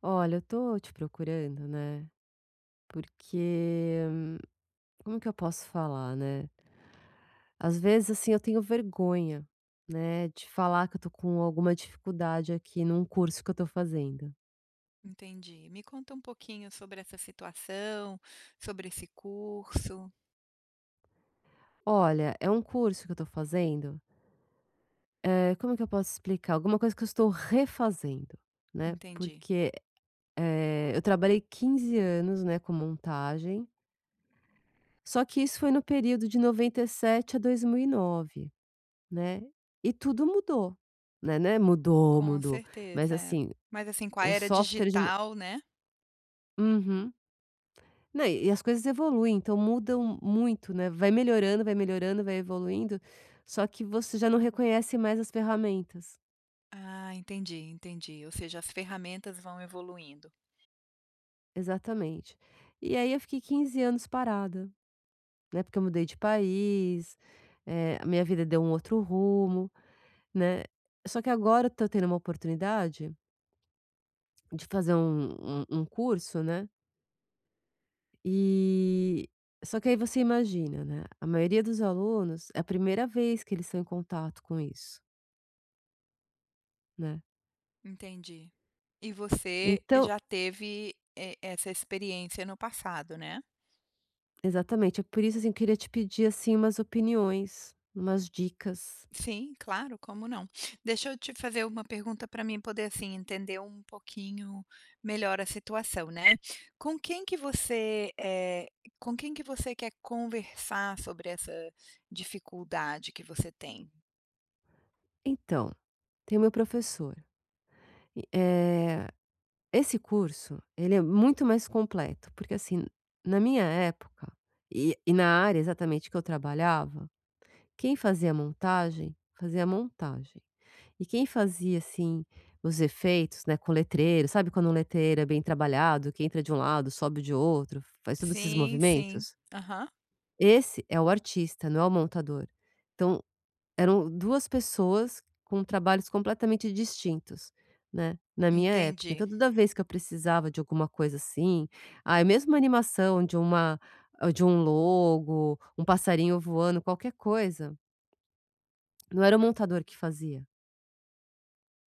Olha, eu tô te procurando, né, porque, como que eu posso falar, né, às vezes, assim, eu tenho vergonha, né, de falar que eu tô com alguma dificuldade aqui num curso que eu tô fazendo. Entendi. Me conta um pouquinho sobre essa situação, sobre esse curso. Olha, é um curso que eu tô fazendo, como que eu posso explicar? Alguma coisa que eu estou refazendo, né, Entendi. porque, eu trabalhei 15 anos, né, com montagem, só que isso foi no período de 97 a 2009. Né, e tudo mudou, né, não é mudou, Com mudou, mas certeza, é. assim, Mas assim, com a o era software de uma. digital, né. Uhum. Não, e as coisas evoluem, então mudam muito, né, vai melhorando, vai melhorando, vai evoluindo, só que você já não reconhece mais as ferramentas. Ah, entendi, entendi. Ou seja, as ferramentas vão evoluindo. Exatamente. E aí eu fiquei 15 anos parada, né, porque eu mudei de país, a minha vida deu um outro rumo, né. Só que agora eu tô tendo uma oportunidade de fazer um curso, né. E só que aí você imagina, né, a maioria dos alunos é a primeira vez que eles estão em contato com isso, né. Entendi. E você Então já teve essa experiência no passado, né? exatamente, é por isso, assim, eu queria te pedir, assim, umas opiniões, umas dicas. Sim, claro, como não. Deixa eu te fazer uma pergunta para mim poder, assim, entender um pouquinho melhor a situação, né. Com quem que você, com quem que você quer conversar sobre essa dificuldade que você tem? Então, tem o meu professor, e, esse curso, ele é muito mais completo, porque, assim, na minha época e na área exatamente que eu trabalhava, quem fazia montagem, fazia montagem. E quem fazia, assim, os efeitos, né, com letreiro, sabe quando um letreiro é bem trabalhado, que entra de um lado, sobe de outro, faz todos esses Sim, sim. movimentos? Aham. Esse é o artista, não é o montador. Então, eram 2 pessoas com trabalhos completamente distintos, né, na minha época. Entendi, Então toda vez que eu precisava de alguma coisa assim, ai, mesmo uma animação de um logo, um passarinho voando, qualquer coisa, não era o montador que fazia.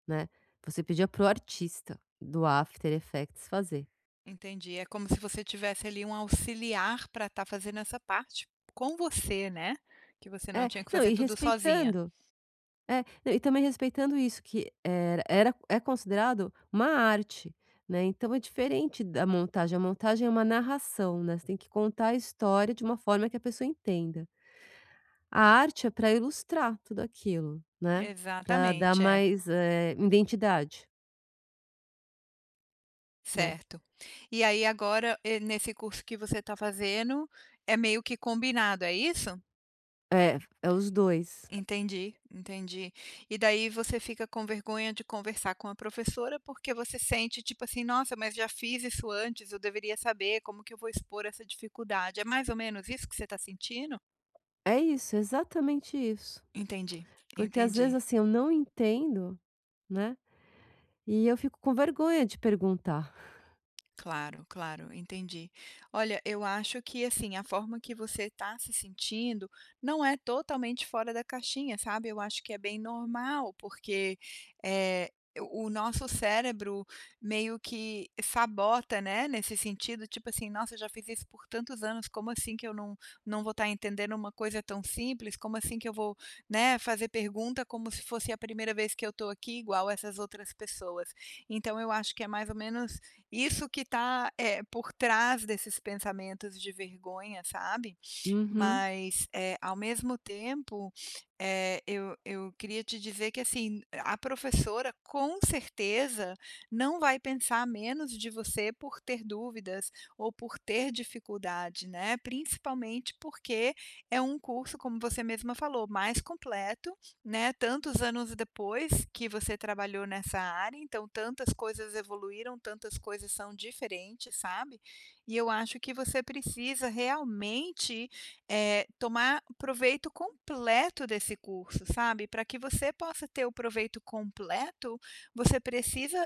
Né, você pedia pro artista do After Effects fazer. entendi. É como se você tivesse ali um auxiliar para estar fazendo essa parte com você, né, que você não É, tinha que não, fazer e tudo sozinha. respeitando é, não, e também respeitando isso que era era é considerado uma arte, né, então é diferente da montagem, a montagem é uma narração, né, você tem que contar a história de uma forma que a pessoa entenda. A arte é para ilustrar tudo aquilo, né, para dar Exatamente, é. mais, identidade, né. Certo. E aí agora, nesse curso que você está fazendo, é meio que combinado, é isso? É, é os 2. Entendi, entendi. E daí você fica com vergonha de conversar com a professora, porque você sente tipo assim: "Nossa, mas já fiz isso antes, eu deveria saber, como que eu vou expor essa dificuldade?". É mais ou menos isso que você está sentindo? É isso, é exatamente isso. Entendi, Porque às vezes, entendi. assim, eu não entendo, né, e eu fico com vergonha de perguntar. Claro, claro, entendi. Olha, eu acho que assim, a forma que você está se sentindo não é totalmente fora da caixinha, sabe? Eu acho que é bem normal, porque eh, o nosso cérebro meio que sabota, né? Nesse sentido, tipo assim, nossa, eu já fiz isso por tantos anos, como assim que eu não, não vou estar entendendo uma coisa tão simples? Como assim que eu vou, né, fazer pergunta como se fosse a primeira vez que eu estou aqui, igual essas outras pessoas? Então, eu acho que é mais ou menos isso que está, por trás desses pensamentos de vergonha, sabe? Uhum, Mas, ao mesmo tempo, eu queria te dizer que, assim, a professora com certeza não vai pensar menos de você por ter dúvidas ou por ter dificuldade, né, principalmente porque é um curso, como você mesma falou, mais completo, né, tantos anos depois que você trabalhou nessa área, então tantas coisas evoluíram, tantas coisas são diferentes, sabe. E eu acho que você precisa realmente tomar proveito completo desse curso, sabe. Para que você possa ter o proveito completo, você precisa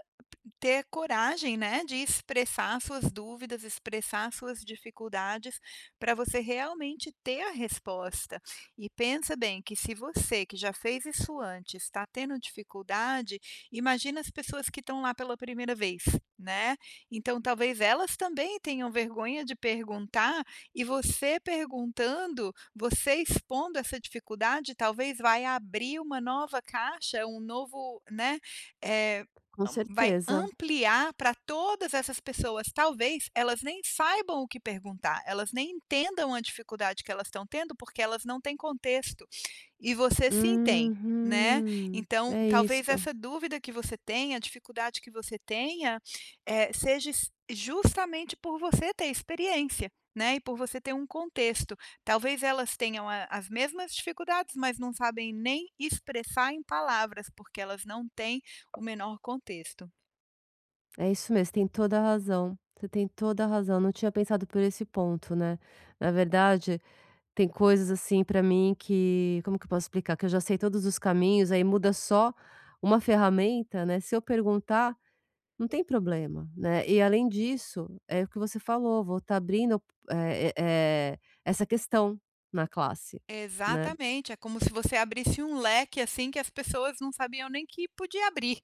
ter coragem, né, de expressar suas dúvidas, expressar suas dificuldades, para você realmente ter a resposta. E pensa bem que se você, que já fez isso antes, está tendo dificuldade, imagina as pessoas que estão lá pela primeira vez, né. Então talvez elas também tenham vergonha de perguntar e você perguntando, você expondo essa dificuldade, talvez vai abrir uma nova caixa, um novo, né, eh, com am vai certeza. ampliar para todas essas pessoas. Talvez elas nem saibam o que perguntar, elas nem entendam a dificuldade que elas estão tendo, porque elas não têm contexto. E você sim tem, né. Uhum, Então, talvez essa dúvida que você tenha, a dificuldade que você tenha, eh, seja es justamente por você ter experiência, né, e por você ter um contexto. Talvez elas tenham a as mesmas dificuldades, mas não sabem nem expressar em palavras, porque elas não têm o menor contexto. é isso mesmo, tem toda a razão, você tem toda a razão, não tinha pensado por esse ponto, né. Na verdade, tem coisas, assim, pra mim que como que eu posso explicar? Que eu já sei todos os caminhos, aí muda só uma ferramenta, né, se eu perguntar, não tem problema, né. E além disso, é o que você falou, vou estar abrindo, eh eh, eh, essa questão na classe, né. Exatamente, é como se você abrisse um leque, assim, que as pessoas não sabiam nem que podia abrir.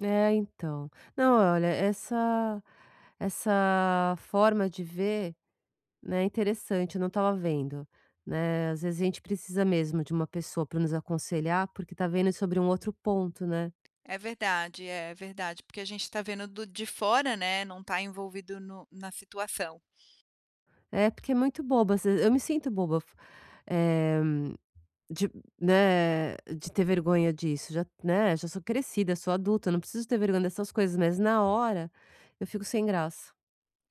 É, então. Não, olha, essa forma de ver, né, é interessante, eu não estava vendo, né. Às vezes a gente precisa mesmo de uma pessoa para nos aconselhar, porque tá vendo sobre um outro ponto, né. É verdade, porque a gente está vendo do de fora, né, não está envolvido na situação. É, porque é muito bobo, às vezes eu me sinto boba, f eh De né, de ter vergonha disso, já, né, já sou crescida, sou adulta, não preciso ter vergonha dessas coisas, mas na hora eu fico sem graça.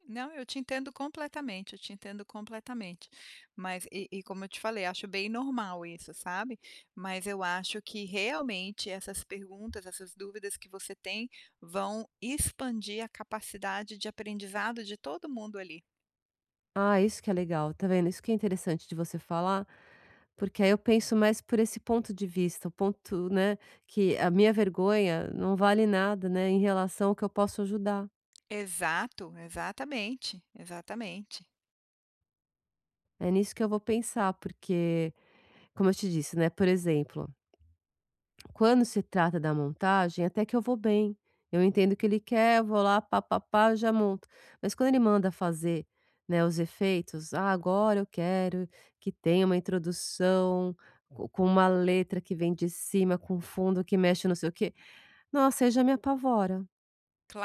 Não, eu te entendo completamente, eu te entendo completamente. Mas e como eu te falei, acho bem normal isso, sabe. Mas eu acho que realmente essas perguntas, essas dúvidas que você tem, vão expandir a capacidade de aprendizado de todo mundo ali. Ah, isso que é legal, tá vendo? Isso que é interessante de você falar, porque aí eu penso mais por esse ponto de vista, o ponto, né, que a minha vergonha não vale nada, né, em relação ao que eu posso ajudar. Exato, exatamente, exatamente. É nisso que eu vou pensar, porque, como eu te disse, né, por exemplo. Quando se trata da montagem, até que eu vou bem. Eu entendo o que ele quer, eu vou lá, pá, pá, pá, já monto. Mas quando ele manda fazer, né, os efeitos, ah, agora eu quero que tenha uma introdução com uma letra que vem de cima, com um fundo que mexe não sei o quê. Nossa, aí já me apavora,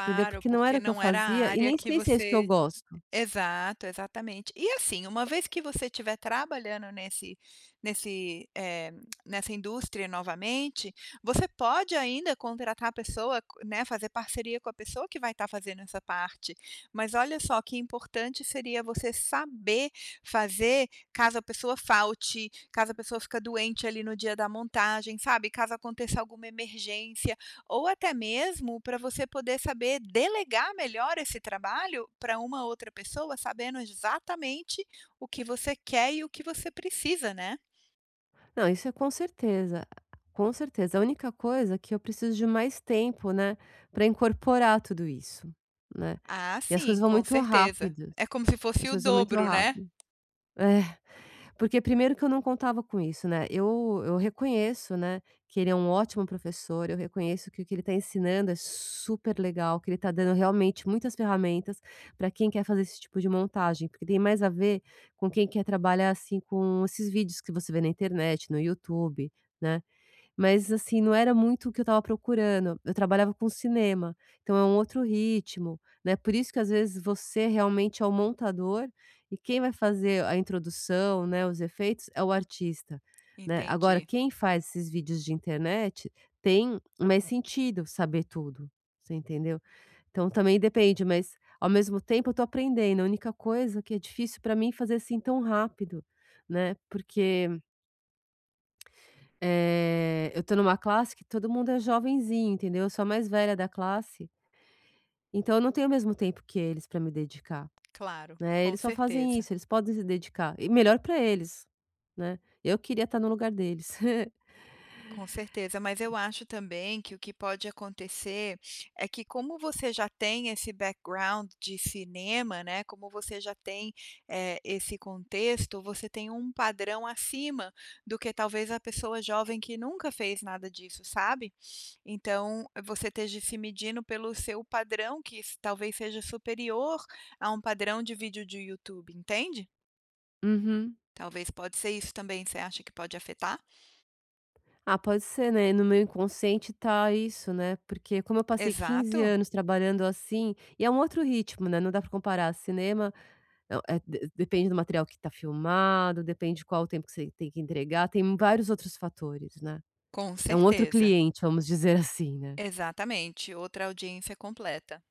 entendeu? Porque não era porque o que eu não era a fazia e área nem que sei se é isso que eu você gosto. Exato, exatamente. E assim, uma vez que você estiver trabalhando nesse, eh, nessa indústria novamente, você pode ainda contratar a pessoa, né, fazer parceria com a pessoa que vai estar fazendo essa parte. Mas olha só que importante seria você saber fazer caso a pessoa falte, caso a pessoa fica doente ali no dia da montagem, sabe? Caso aconteça alguma emergência, ou até mesmo para você poder saber delegar melhor esse trabalho para uma outra pessoa, sabendo exatamente o que você quer e o que você precisa, né? Não, isso é com certeza, com certeza. A única coisa é que eu preciso de mais tempo, né, para incorporar tudo isso, né. Ah, E as sim, coisas vão com muito certeza. rápido, É como se fosse as o coisas vão muito dobro, né? rápido. É, porque primeiro que eu não contava com isso, né. Eu reconheço, né, que ele é um ótimo professor, eu reconheço que o que ele está ensinando é super legal, que ele está dando realmente muitas ferramentas para quem quer fazer esse tipo de montagem, porque tem mais a ver com quem quer trabalhar, assim, com esses vídeos que você vê na internet, no YouTube, né. Mas assim, não era muito o que eu estava procurando. Eu trabalhava com cinema, então é um outro ritmo, né. Por isso que às vezes você realmente é o montador e quem vai fazer a introdução, né, os efeitos é o artista, né. Agora Entendi. quem faz esses vídeos de internet tem mais sentido saber tudo, você entendeu? Então também depende, mas ao mesmo tempo eu tô aprendendo. A única coisa que é difícil para mim fazer assim tão rápido, né, porque eu tô numa classe que todo mundo é jovenzinho, entendeu? Eu sou a mais velha da classe, então eu não tenho o mesmo tempo que eles pra me dedicar, Claro, né. com Eles só fazem certeza. isso, eles podem se dedicar, e melhor pra eles, né. Eu queria estar no lugar deles. Com certeza, mas eu acho também que o que pode acontecer é que como você já tem esse background de cinema, né, como você já tem, esse contexto, você tem um padrão acima do que talvez a pessoa jovem que nunca fez nada disso, sabe. Então, você esteja se medindo pelo seu padrão que s talvez seja superior a um padrão de vídeo de YouTube, entende? Uhum. Talvez pode ser isso também, você acha que pode afetar? Ah, pode ser, né, no meu inconsciente tá isso, né, porque como eu passei 15 Exato, anos trabalhando assim e é um outro ritmo, né, não dá pra comparar cinema, eh, de depende do material que tá filmado, depende qual o tempo que você tem que entregar, tem vários outros fatores, né. com É um outro certeza. cliente, vamos dizer assim, né. Exatamente, outra audiência completa.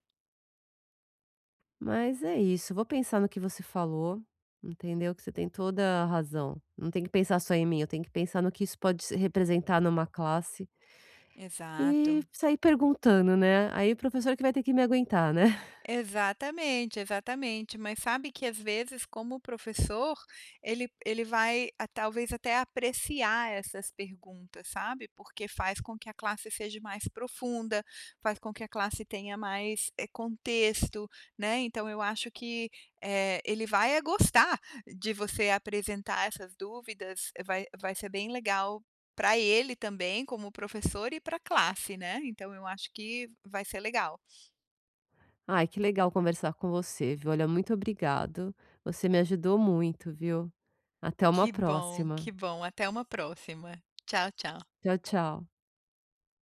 Mas é isso, vou pensar no que você falou, entendeu, que você tem toda a razão. Não tem que pensar só em mim, eu tenho que pensar no que isso pode se representar numa classe e Exato. sair perguntando, né. Aí o professor que vai ter que me aguentar, né. Exatamente, exatamente. Mas sabe que às vezes, como professor, ele vai a talvez até apreciar essas perguntas, sabe, porque faz com que a classe seja mais profunda, faz com que a classe tenha mais, contexto, né. Então eu acho que, ele vai é gostar de você apresentar essas dúvidas, vai ser bem legal para ele também como professor e pra classe, né. Então eu acho que vai ser legal. Ai, que legal conversar com você, viu. Olha, muito obrigado, você me ajudou muito, viu. Até uma Que bom, próxima. que bom. Até uma próxima. Tchau, tchau. Tchau, tchau.